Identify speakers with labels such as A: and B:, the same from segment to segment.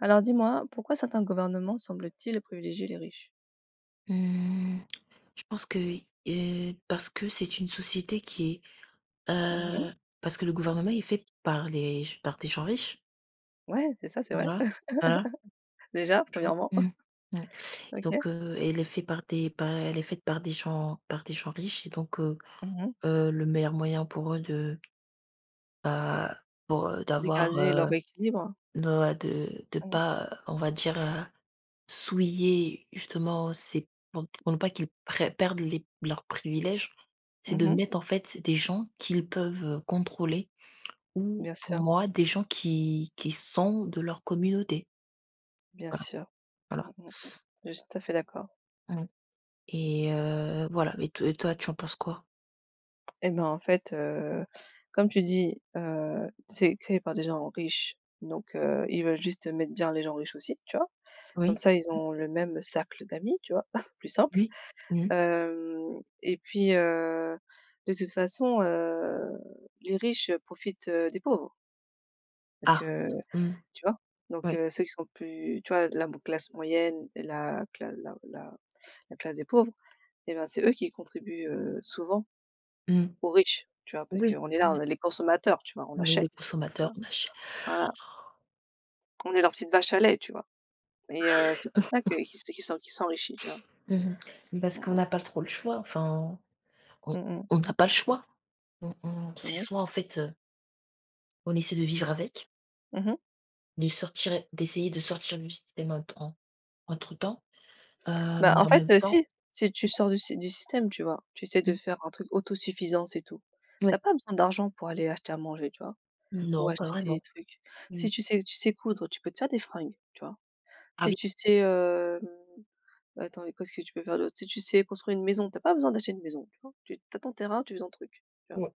A: Alors dis-moi, pourquoi certains gouvernements semblent-ils privilégier les riches?
B: Mmh, je pense que, parce que c'est une société qui est,
A: Mmh.
B: parce que le gouvernement est fait par les par des gens riches.
A: Ouais, c'est ça, c'est vrai.
B: Voilà, voilà,
A: Déjà,
B: tu vois?
A: premièrement,
B: Mmh. Ouais. Et
A: OK.
B: Donc, heu, elle est faite par des gens riches. Et donc,
A: Mmh.
B: le meilleur moyen pour eux de, bah, pour,
A: De
B: d'avoir,
A: garder leur équilibre.
B: de ouais, de
A: Mmh.
B: pas, on va dire, souiller justement, c'est pour ne pas qu'ils prè perdent les leurs privilèges. C'est de
A: Mmh.
B: mettre en fait des gens qu'ils peuvent, contrôler, ou
A: Bien
B: pour
A: sûr,
B: moi des gens qui sont de leur communauté.
A: bien
B: Voilà,
A: sûr. Mmh
B: voilà.
A: mh. Je suis tout à fait d'accord.
B: Mmh et voilà, et to et toi, tu en penses quoi?
A: Et ben, en fait, heu, Comme tu dis, c'est créé par des gens riches, donc ils veulent juste mettre bien les gens riches aussi, tu vois? Comme
B: Oui,
A: ça, ils ont le même cercle d'amis, tu vois? Plus simple.
B: oui, mmh.
A: Hem et puis, de toute façon, Les riches profitent, des pauvres parce
B: Ah,
A: que
B: mmh,
A: tu vois? Donc
B: oui,
A: heu, ceux qui sont plus, tu vois, la classe moyenne et la classe des pauvres, eh ben, c'est eux qui contribuent, souvent
B: mmh.
A: aux riches, tu vois? Parce
B: Oui,
A: qu'on est
B: on
A: là, on
B: est
A: est les consommateurs, tu vois? On
B: on est
A: achète,
B: des
A: tu
B: consommateurs,
A: vois?
B: on achète.
A: Voilà, on est leur petite vache à lait, tu vois? Et c'est comme ça que qu'ils se qu'ils s'en qu'ils s'enrichissent, tu vois?
B: Mmh Parce
A: Mmh
B: qu'on
A: mh.
B: n'a pas trop le choix, enfin, on
A: Mmh mh.
B: on n'a pas le choix. On c'est
A: Ouais.
B: soit en fait, on essaie de vivre avec,
A: Mmh.
B: de sortir d'essayer de sortir du système, entre-temps, mais en même temps,
A: Si, si tu
B: mmh,
A: sors du système, tu vois? Tu essaies de faire un truc autosuffisant, c'est tout. T'as
B: ouais.
A: pas besoin d'argent pour aller acheter à manger, tu vois? Ou
B: Non, pas
A: acheter des
B: vraiment.
A: trucs.
B: Mmh.
A: Si tu sais coudre, tu peux te faire des fringues, tu vois?
B: Ah
A: Si
B: oui,
A: tu sais, attends, et qu'est-ce que tu peux faire d'autre? Si tu sais construire une maison, t'as pas besoin d'acheter une maison, tu vois? Tu as ton terrain, tu fais ton truc, tu vois?
B: ouais.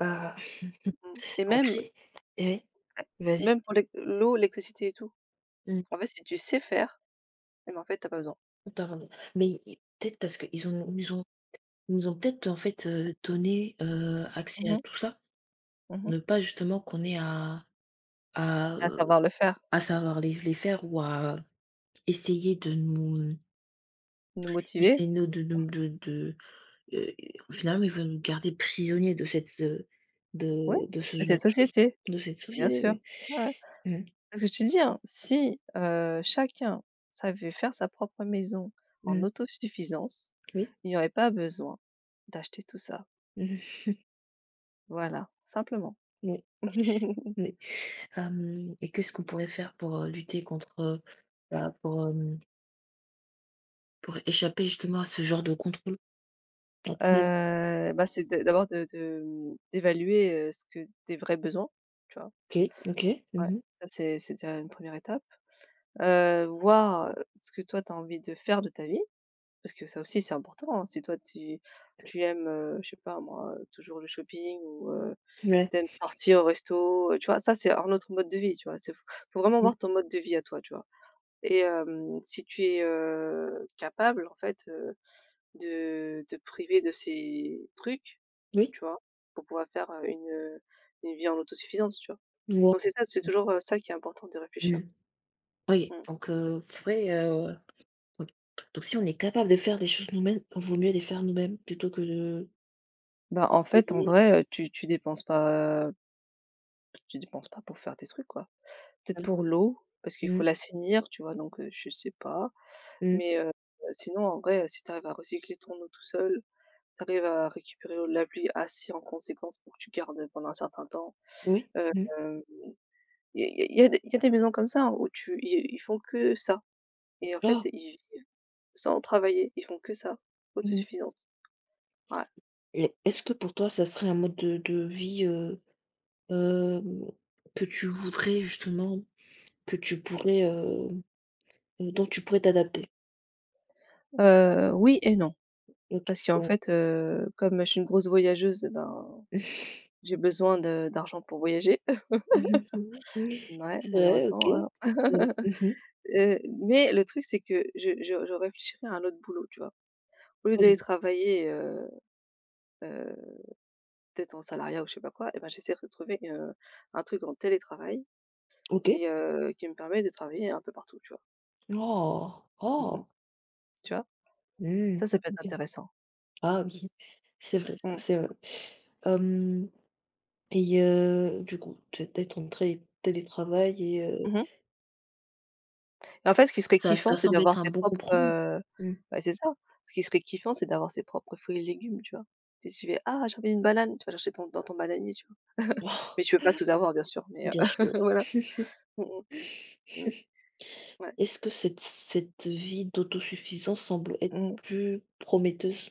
B: Heu,
A: Mmh, et même
B: Après, eh oui,
A: euh,
B: vas-y.
A: même pour l'eau, l'électricité et tout.
B: Mmh.
A: En fait, si tu sais faire, eh ben, en fait, t'as pas besoin.
B: Mais i peut-être parce qu'ils nous ont peut-être, en fait, donné, accès à
A: Mmh
B: tout ça,
A: mh,
B: pour
A: mmh.
B: ne pas justement qu'on ait à, à,
A: À savoir le faire,
B: à savoir les faire, ou à essayer de nous
A: nous motiver,
B: essayer de Heu, finalement, ils veulent nous garder prisonniers de cette, heu,
A: ouais,
B: de de ce
A: et c'est
B: genre de choses,
A: société.
B: de cette
A: Bien
B: société.
A: sûr,
B: Oui.
A: ouais, ouais.
B: Mmh.
A: Que je te dis, hein, si, chacun savait faire sa propre maison en
B: Mmh.
A: autosuffisance,
B: Oui.
A: il y aurait pas besoin d'acheter tout ça.
B: Mmh mh.
A: Voilà, simplement.
B: Oui. Oui. Hem et qu'est-ce qu'on pourrait faire pour, lutter contre, pour, pour échapper justement à ce genre de contrôle, à ton avis?
A: Bah, c'est de d'abord de, mmh, d'évaluer, ce que tes vrais besoins, tu vois?
B: OK, OK.
A: Ouais,
B: Mmh mh.
A: ça c'est déjà une première étape. Voir ce que toi tu as envie de faire de ta vie, parce que ça aussi c'est important, hein. Si toi tu aimes, je sais pas moi, toujours le shopping, ou
B: Ouais.
A: tu sortir au resto, tu vois? Ça, c'est un autre mode de vie, tu vois? C'est faut faut vraiment
B: Oui,
A: voir ton mode de vie à toi, tu vois? Et si tu es, capable en fait, de te priver de ces trucs,
B: oui.
A: tu vois? Pour pouvoir faire, une vie en autosuffisance, tu vois? Donc c'est ça, c'est
B: Ouais.
A: toujours, ça qui est important de réfléchir.
B: Mmh. Oui,
A: Mmh.
B: donc faudrait, OK. Donc si on est capable de faire les choses nous-mêmes, vaut mieux les faire nous-mêmes plutôt que de
A: En
B: d'essayer.
A: vrai, tu dépenses pas pour faire tes trucs, quoi. Peut-être
B: Mmh.
A: pour l'eau, parce qu'il faut
B: Mmh.
A: l'assainir, tu vois? Donc je sais pas.
B: Mmh.
A: Mais sinon, en vrai, si tu arrives à recycler ton eau tout seul, tu arrives à récupérer l'eau de la pluie assez en conséquence pour que tu gardes pendant un certain temps.
B: Oui. Mmh.
A: Il y a y a y a il y a des maisons comme ça, hein, où tu ils font que ça, et en fait,
B: Ah!
A: ils vivent sans travailler, ils font que ça,
B: Mmh.
A: autosuffisance. Ouais.
B: Et est-ce que pour toi, ça serait un mode de vie, hem, que tu voudrais justement, que tu pourrais, dont tu pourrais t'adapter?
A: Oui et non,
B: OK.
A: parce qu'en
B: Oh.
A: fait, comme je suis une grosse voyageuse, ben, j'ai besoin de d'argent pour voyager. Ouais,
B: C'est vrai, OK.
A: malheureusement, hein.
B: Ouais. Mmh
A: Mais le truc, c'est que je réfléchirais à un autre boulot, tu vois? Au lieu d'aller
B: Vas-y.
A: travailler, heu, peut-être en salariat ou je sais pas quoi, et ben j'essaie de trouver, un truc en télétravail
B: OK.
A: et qui me permet de travailler un peu partout, tu vois?
B: Oh!
A: Mmh mh.
B: Oh!
A: Tu vois?
B: Mmh.
A: Ça peut être
B: OK.
A: intéressant.
B: Ah oui, c'est vrai ça,
A: Mmh.
B: c'est vrai. Hem et du coup, tu es en tré télétravail, et
A: Mmh. Et en fait, ce qui serait
B: ça,
A: kiffant,
B: ça
A: c'est
B: semble
A: d'avoir
B: être un
A: ses
B: bon
A: propres,
B: compromis. Mmh.
A: bah, c'est ça. Ce qui serait kiffant, c'est d'avoir ses propres fruits et légumes, tu vois? Tu sais, tu «Ah, j'ai envie d'une banane», tu vas chercher ton dans ton bananier, tu vois?
B: Oh,
A: Mais tu peux pas tout avoir bien sûr, mais
B: bien sûr.
A: voilà. Mmh mh, ouais.
B: Est-ce que cette vie d'autosuffisance semble être
A: Mmh.
B: plus prometteuse?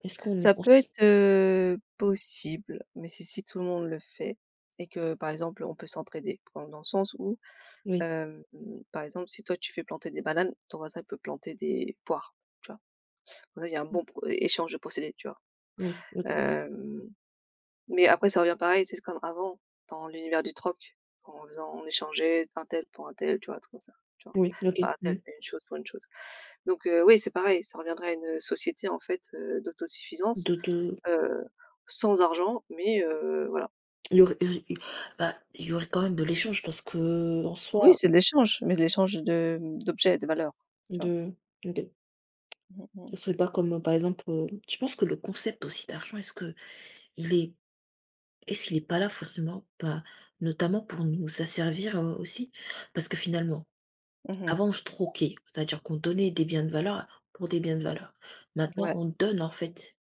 B: Est-ce qu'on le
A: Ça peut
B: pense?
A: être, possible, mais c'est si tout le monde le fait et que, par exemple, on peut s'entraider. Dans le sens où,
B: Oui,
A: hem, par exemple, si toi tu fais planter des bananes, ton voisin peut planter des poires, tu vois? Comme ça, il y a un
B: mmh,
A: bon pro échange de procédés, tu vois?
B: oui, OK,
A: Hem, mais après ça revient pareil, c'est comme avant, dans l'univers du troc, en faisant on échangeait un tel pour un tel, tu vois? Un truc comme ça, tu vois?
B: oui, OK,
A: Pas un tel,
B: mmh,
A: mais une chose pour une chose. Donc, oui, c'est pareil, ça reviendrait à une société, en fait, d'autosuffisance
B: de
A: heu, sans argent, mais voilà.
B: il y aurait il y il y aurait quand même de l'échange parce que en
A: Oui,
B: soi,
A: c'est de l'échange, mais de l'échange de, d'objets et de valeurs, tu vois?
B: de OK.
A: Mmh mh.
B: Ce serait pas comme, par exemple, je pense que le concept aussi d'argent, est-ce que il est est-ce qu'il est pas là forcément, notamment pour nous asservir, aussi? Parce que finalement,
A: Mmh mh.
B: avant, on se troquait, c'est-à-dire qu'on donnait des biens de valeur pour des biens de valeur. Maintenant,
A: Ouais,
B: on donne en fait,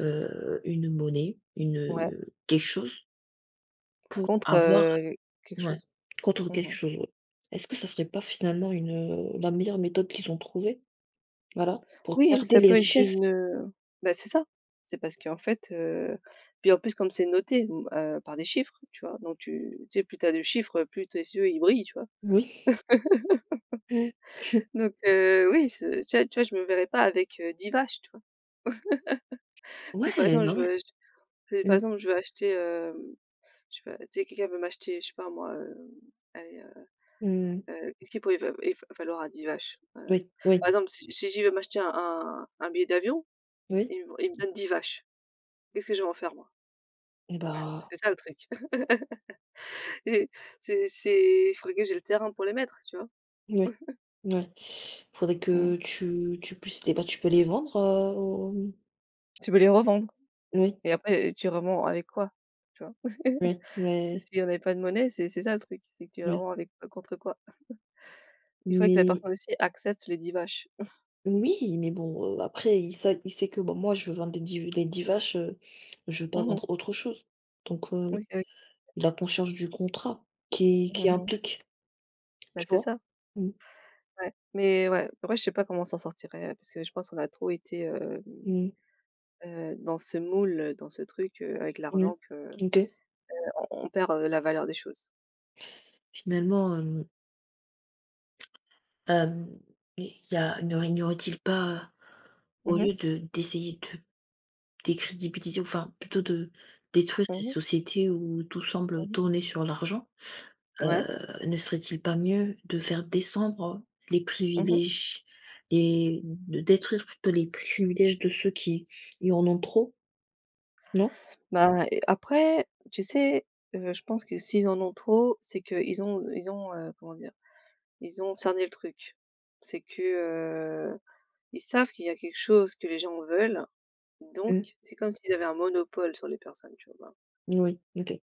B: une monnaie, une,
A: ouais,
B: quelque chose pour
A: contre,
B: avoir,
A: quelque
B: ouais,
A: chose.
B: contre
A: Mmh
B: quelque
A: mh.
B: chose, ouais. Est-ce que ça serait pas finalement une, la meilleure méthode qu'ils ont trouvée? Voilà, pour
A: Oui,
B: garder
A: ça
B: les
A: peut être
B: richesses.
A: une, bah, c'est ça. C'est parce qu'en fait, Puis en plus comme c'est noté, par des chiffres, tu vois? Donc tu sais, plus tu as de chiffres, plus tes yeux, ils brillent, tu vois?
B: Oui. Mmh.
A: Donc oui, c'est tu vois, je me verrais pas avec, 10 vaches, tu vois?
B: Ouais,
A: Si par exemple
B: bah,
A: je veux
B: ouais.
A: ach Si par
B: Mmh.
A: exemple je veux acheter, hem je sais pas, tu sais, quelqu'un veut m'acheter, je sais pas moi, allez, heu
B: Mmh
A: qu'est-ce qu'il pourrait va et fa falloir à 10 vaches?
B: Oui, oui,
A: Par exemple, si j'y vais m'acheter un billet d'avion,
B: oui.
A: il me donne 10 vaches. Qu'est-ce que je vais en faire moi?
B: Et bah,
A: C'est ça le truc. Et c'est il faudrait que j'ai le terrain pour les mettre, tu vois?
B: oui. Oui. Faudrait
A: Mmh.
B: que tu puisses les, tu peux les vendre, aux.
A: Tu peux les revendre
B: Oui.
A: et après, tu revends avec quoi? Tu vois?
B: Oui, oui,
A: Si on avait pas de monnaie, c'est ça le truc, c'est que tu
B: oui,
A: revends avec contre quoi? Il faudrait que la
B: mais
A: personne aussi accepte les 10 vaches.
B: oui, mais bon, après il sait que, moi je vends des 10 vaches, je veux pas
A: Mmh mh.
B: vendre autre chose. Donc
A: OK, oui.
B: il a conscience du contrat qui
A: Mmh.
B: implique,
A: Bah,
B: tu
A: c'est
B: vois?
A: ça.
B: Mmh,
A: Ouais, mais ouais, en vrai, je sais pas comment on s'en sortirait, parce que je pense qu'on a trop été,
B: mmh,
A: dans ce moule, dans ce truc, avec
B: mmh.
A: l'argent que
B: OK.
A: on perd, la valeur des choses.
B: Finalement, hem, il y a n'y aurait-il pas, au
A: Mmh mh.
B: lieu de d'essayer de décrédibiliser, enfin plutôt de détruire ces
A: Mmh.
B: sociétés où tout semble
A: Mmh.
B: tourner sur l'argent.
A: Ouais.
B: Ne serait-il pas mieux de faire descendre les
A: Mmh.
B: privilèges, et de détruire plutôt les privilèges de ceux qui y en ont trop, non?
A: Bah et après, tu sais, je pense que s'ils en ont trop, c'est que ils ont, comment dire? Ils ont cerné le truc. C'est que, heu, ils savent qu'il y a quelque chose que les gens veulent, donc
B: Mmh.
A: c'est comme s'ils avaient un monopole sur les personnes, tu vois?
B: Oui, OK.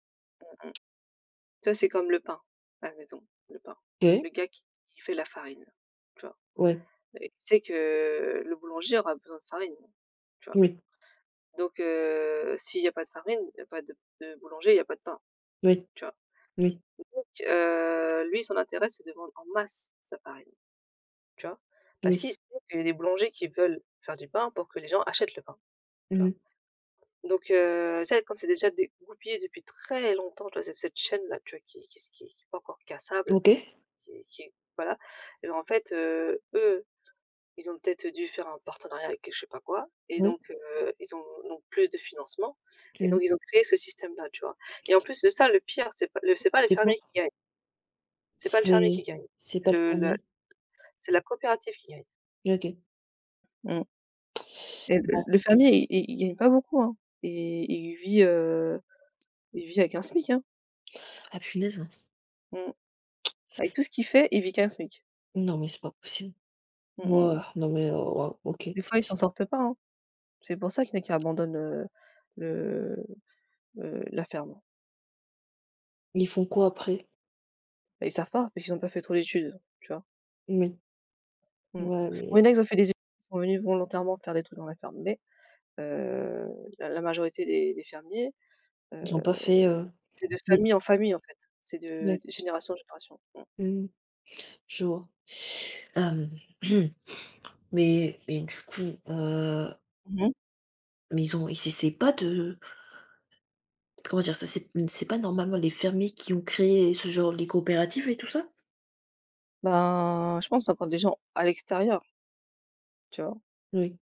A: Tu vois, c'est comme le pain, admettons, le pain.
B: OK,
A: Le gars Qui fait la farine, tu vois?
B: ouais.
A: Et il sait que le boulanger aura besoin de farine, tu vois?
B: Oui,
A: Donc s'il y a pas de farine, il y a pas de boulanger, il y a pas de pain,
B: oui,
A: tu vois?
B: oui,
A: Donc lui, son intérêt, c'est de vendre en masse sa farine, tu vois? Parce
B: oui.
A: qu'il sait qu'il y a des boulangers qui veulent faire du pain pour que les gens achètent le pain, tu vois?
B: Mmh
A: Donc tu sais, comme c'est déjà dégoupillé depuis très longtemps, tu vois, c'est cette chaîne-là, tu vois, qui est pas encore cassable,
B: OK,
A: Qui voilà, et ben, en fait, eux, ils ont peut-être dû faire un partenariat avec je sais pas quoi, et
B: oui.
A: donc heu, ils ont donc plus de financement, et donc
B: Mmh.
A: ils ont créé ce système-là, tu vois? Et en plus de ça, le pire, c'est pas les
B: C'est quoi?
A: fermiers qui gagnent, c'est pas le fermier qui
B: C'est
A: gagne,
B: c'est
A: c'est
B: pas
A: le
B: fermé,
A: c'est la coopérative qui gagne.
B: OK.
A: Mmh, et
B: Bon.
A: le fermier, il gagne pas beaucoup, hein, et il vit avec un SMIC, hein.
B: Ah, punaise.
A: Mmh. Avec tout ce qu'il fait, il vit qu'un SMIC.
B: Non, mais c'est pas possible.
A: Mmh
B: Ouais,
A: mh.
B: non mais, waouh, OK.
A: Des fois, ils s'en sortent pas, hein. C'est pour ça qu'il y en a qui abandonnent, le la ferme.
B: Ils font quoi après?
A: Bah, ils savent pas, parce qu'ils ont pas fait trop d'études, tu vois?
B: Mais.
A: Mmh.
B: Ouais,
A: Bon,
B: mais
A: il y en a, ils ont fait des études, ils sont venus volontairement faire des trucs dans la ferme, mais heu, la majorité des fermiers,
B: ils ont
A: heu,
B: pas fait,
A: c'est de
B: mais
A: famille en famille, en fait. C'est
B: ouais.
A: de génération en génération. Mmh.
B: Mmh Je vois. Hem, mais du coup, heu,
A: Mmh.
B: mais ils ont, et c'est pas de, comment dire ça? C'est pas normalement les fermiers qui ont créé ce genre, les coopératives et tout ça?
A: Ben, je pense que ça prend des gens à l'extérieur, tu vois?
B: Oui,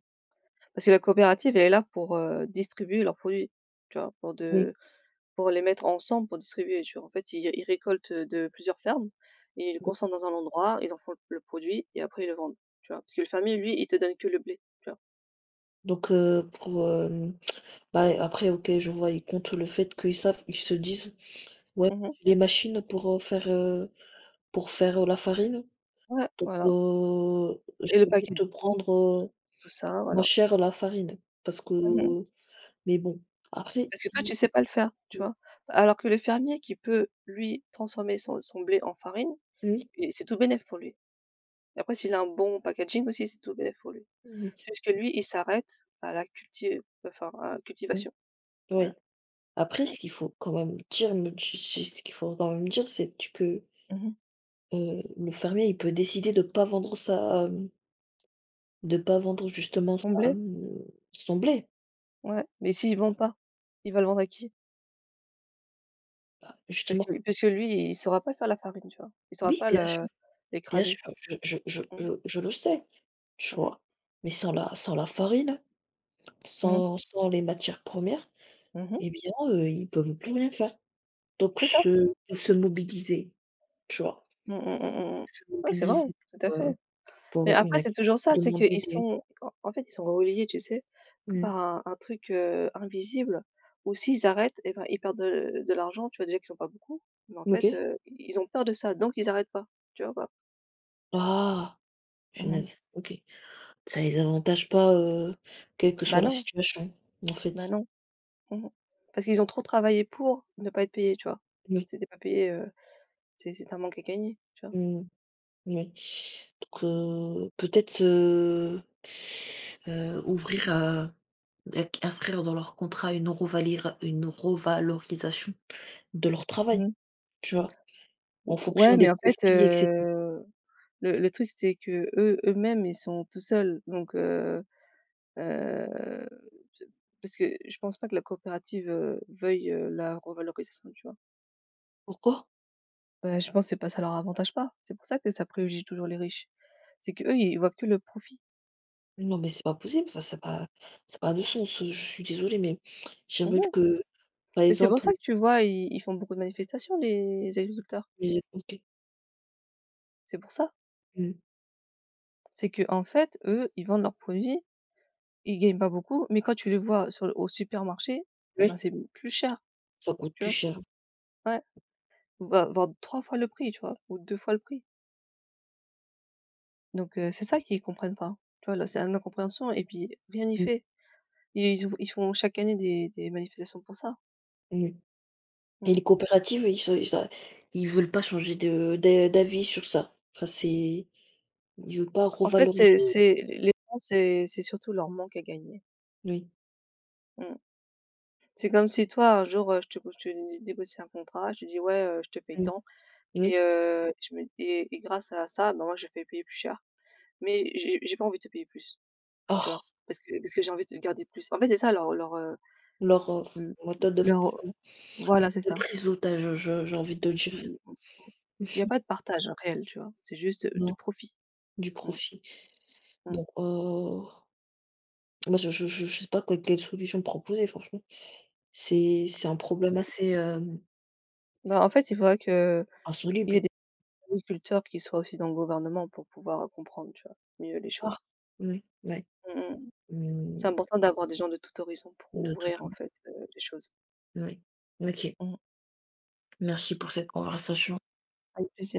A: Parce que la coopérative, elle est là pour, distribuer leurs produits, tu vois?
B: oui,
A: Pour les mettre ensemble pour distribuer, tu vois? En fait, ils récoltent de plusieurs fermes et ils le
B: oui.
A: concentrent dans un endroit, ils en font le produit et après ils le vendent, tu vois? Parce que le fermier, lui, il te donne que le blé, tu vois?
B: Donc pour, après, OK, je vois, ils comptent le fait qu'ils se disent: «Ouais,
A: Mmh.
B: j'ai les machines pour, pour faire, la farine,
A: Ouais,
B: donc
A: voilà, et
B: je
A: le
B: vais
A: packaging,
B: te prendre, heu,
A: tout ça,
B: moins
A: voilà.
B: cher la farine». Parce que,
A: Mmh.
B: mais bon, après
A: Parce que
B: si,
A: toi, tu sais pas le faire, tu
B: mmh.
A: vois? Alors que le fermier qui peut, lui, transformer son blé en farine,
B: Oui,
A: et c'est tout bénef pour lui. Et après s'il a un bon packaging aussi, c'est tout bénef pour lui.
B: oui.
A: C'est juste que lui, il s'arrête à la à la cultivation, voilà.
B: Oui. Après,
A: Mmh.
B: ce qu'il faut quand même dire, me di c'est ce qu'il faut quand même dire, c'est, tu que,
A: Mmh.
B: le fermier, il peut décider de pas vendre sa, de pas vendre justement
A: Son
B: sa,
A: blé.
B: son blé,
A: Ouais, mais s'il
B: tu
A: vend
B: vois?
A: pas, il va le vendre à qui?
B: Bah,
A: Parce
B: justement.
A: que parce que lui, il saura pas faire la farine, tu vois? Il saura
B: Oui,
A: pas le
B: bien
A: l'écraser.
B: sûr, je je je
A: Mmh mh.
B: je je le sais, tu
A: Mmh mh.
B: vois? Mais sans la farine,
A: Mmh
B: sans les matières premières,
A: mmh.
B: eh bien, ils peuvent plus rien faire. Donc
A: C'est ça.
B: se mobiliser, tu vois?
A: Mmh mh, mmh mh, mmh.
B: Se
A: Ouais, c'est vrai,
B: mobiliser
A: tout à
B: pour, heu,
A: fait. Mais
B: pour une
A: après, c'est
B: action,
A: toujours ça, c'est
B: demander
A: qu'ils
B: des,
A: sont en fait, ils sont reliés, tu sais, que
B: mmh.
A: par un truc, invisible, où s'ils arrêtent, eh ben, ils perdent de l'argent, tu vois? Déjà qu'ils ont pas beaucoup, mais en fait,
B: OK.
A: ils ont peur de ça, donc ils arrêtent pas, tu vois ou pas?
B: Ah!
A: Mmh.
B: Punaise, OK. Ça les avantage pas, quelle que
A: Bah
B: soit la
A: non,
B: situation, en
A: bah
B: fait.
A: non. Mmh. Parce qu'ils ont trop travaillé pour ne pas être payés, tu vois?
B: Oui.
A: S'ils étaient pas payé, c'est un manque à gagner, tu vois?
B: Mmh, oui. Donc peut-être, ouvrir à, ac inscrire dans leur contrat une revalorisation de leur travail,
A: Mmh.
B: tu vois? En
A: Ou
B: fonction
A: ouais,
B: des
A: mais en fait,
B: profils, et cetera.
A: le truc, c'est qu'eux eux-mêmes, ils sont tout seuls, donc heu, t parce que je pense pas que la coopérative, veuille, la revalorisation, tu vois?
B: Pourquoi?
A: Bah, je pense que c'est pas ça, leur avantage pas. C'est pour ça que ça privilégie toujours les riches. C'est qu'eux, ils voient que le profit.
B: Non, mais c'est pas possible, enfin ça n'a pas de sens. Je suis désolée, mais
A: Mmh
B: j'aimerais,
A: mh.
B: que, par
A: Mais c'est pour
B: exemple,
A: ça que, tu vois, ils font beaucoup de manifestations, les agriculteurs.
B: les, OK.
A: C'est pour ça.
B: Mmh.
A: C'est que en fait, eux, ils vendent leurs produits, ils gagnent pas beaucoup, mais quand tu les vois sur le au supermarché, et ben,
B: Oui,
A: c'est plus cher,
B: ça coûte
A: tu
B: plus
A: vois?
B: cher.
A: Ouais, va voire 3 fois le prix, tu vois? Ou 2 fois le prix. Donc, c'est ça qu'ils comprennent pas, hein. Tu vois? Là, c'est une incompréhension et puis rien n'y
B: Mmh,
A: fait. Ils font chaque année des manifestations pour ça.
B: mmh. Et
A: Mmh.
B: les coopératives, ils veulent pas changer de d'avis sur ça. Enfin, c'est, ils veulent pas
A: En fait, c'est
B: revaloriser.
A: c'est les gens, c'est surtout leur manque à gagner.
B: Oui,
A: Mmh. C'est comme si toi, un jour, je te co je te né négocie un contrat, je te dis: «Ouais, je te paye
B: mmh,
A: tant»,
B: oui.
A: et je me et grâce à ça, ben moi, je fais payer plus cher. Mais j'ai pas envie de te payer plus, tu
B: Or,
A: vois? Parce que j'ai envie de te garder plus. En fait, c'est ça leur
B: leur,
A: mmh,
B: méthode de
A: leur,
B: fonctionnement,
A: voilà, c'est
B: de
A: ça.
B: prise d'otage, je j'ai envie de dire.
A: Mmh mh, mmh. Il y a pas de partage réel, tu vois? C'est juste, de
B: Non,
A: profit.
B: du
A: Mmh
B: profit.
A: mh.
B: Donc, moi je sais pas quoi, quelle solution proposer franchement. C'est un problème assez,
A: Bah, en fait, il faudrait que il y ait
B: insoluble.
A: une culture qui soient aussi dans le gouvernement pour pouvoir, comprendre, tu vois? Mieux les
B: Ah!
A: choses.
B: Oui, ouais.
A: Mmh mh. C'est
B: Mmh,
A: important d'avoir des gens de tout horizon pour
B: nos
A: ouvrir
B: doudous,
A: en
B: ouais.
A: fait, les choses.
B: Ouais. OK.
A: Mmh.
B: Merci pour cette conversation.
A: Avec plaisir.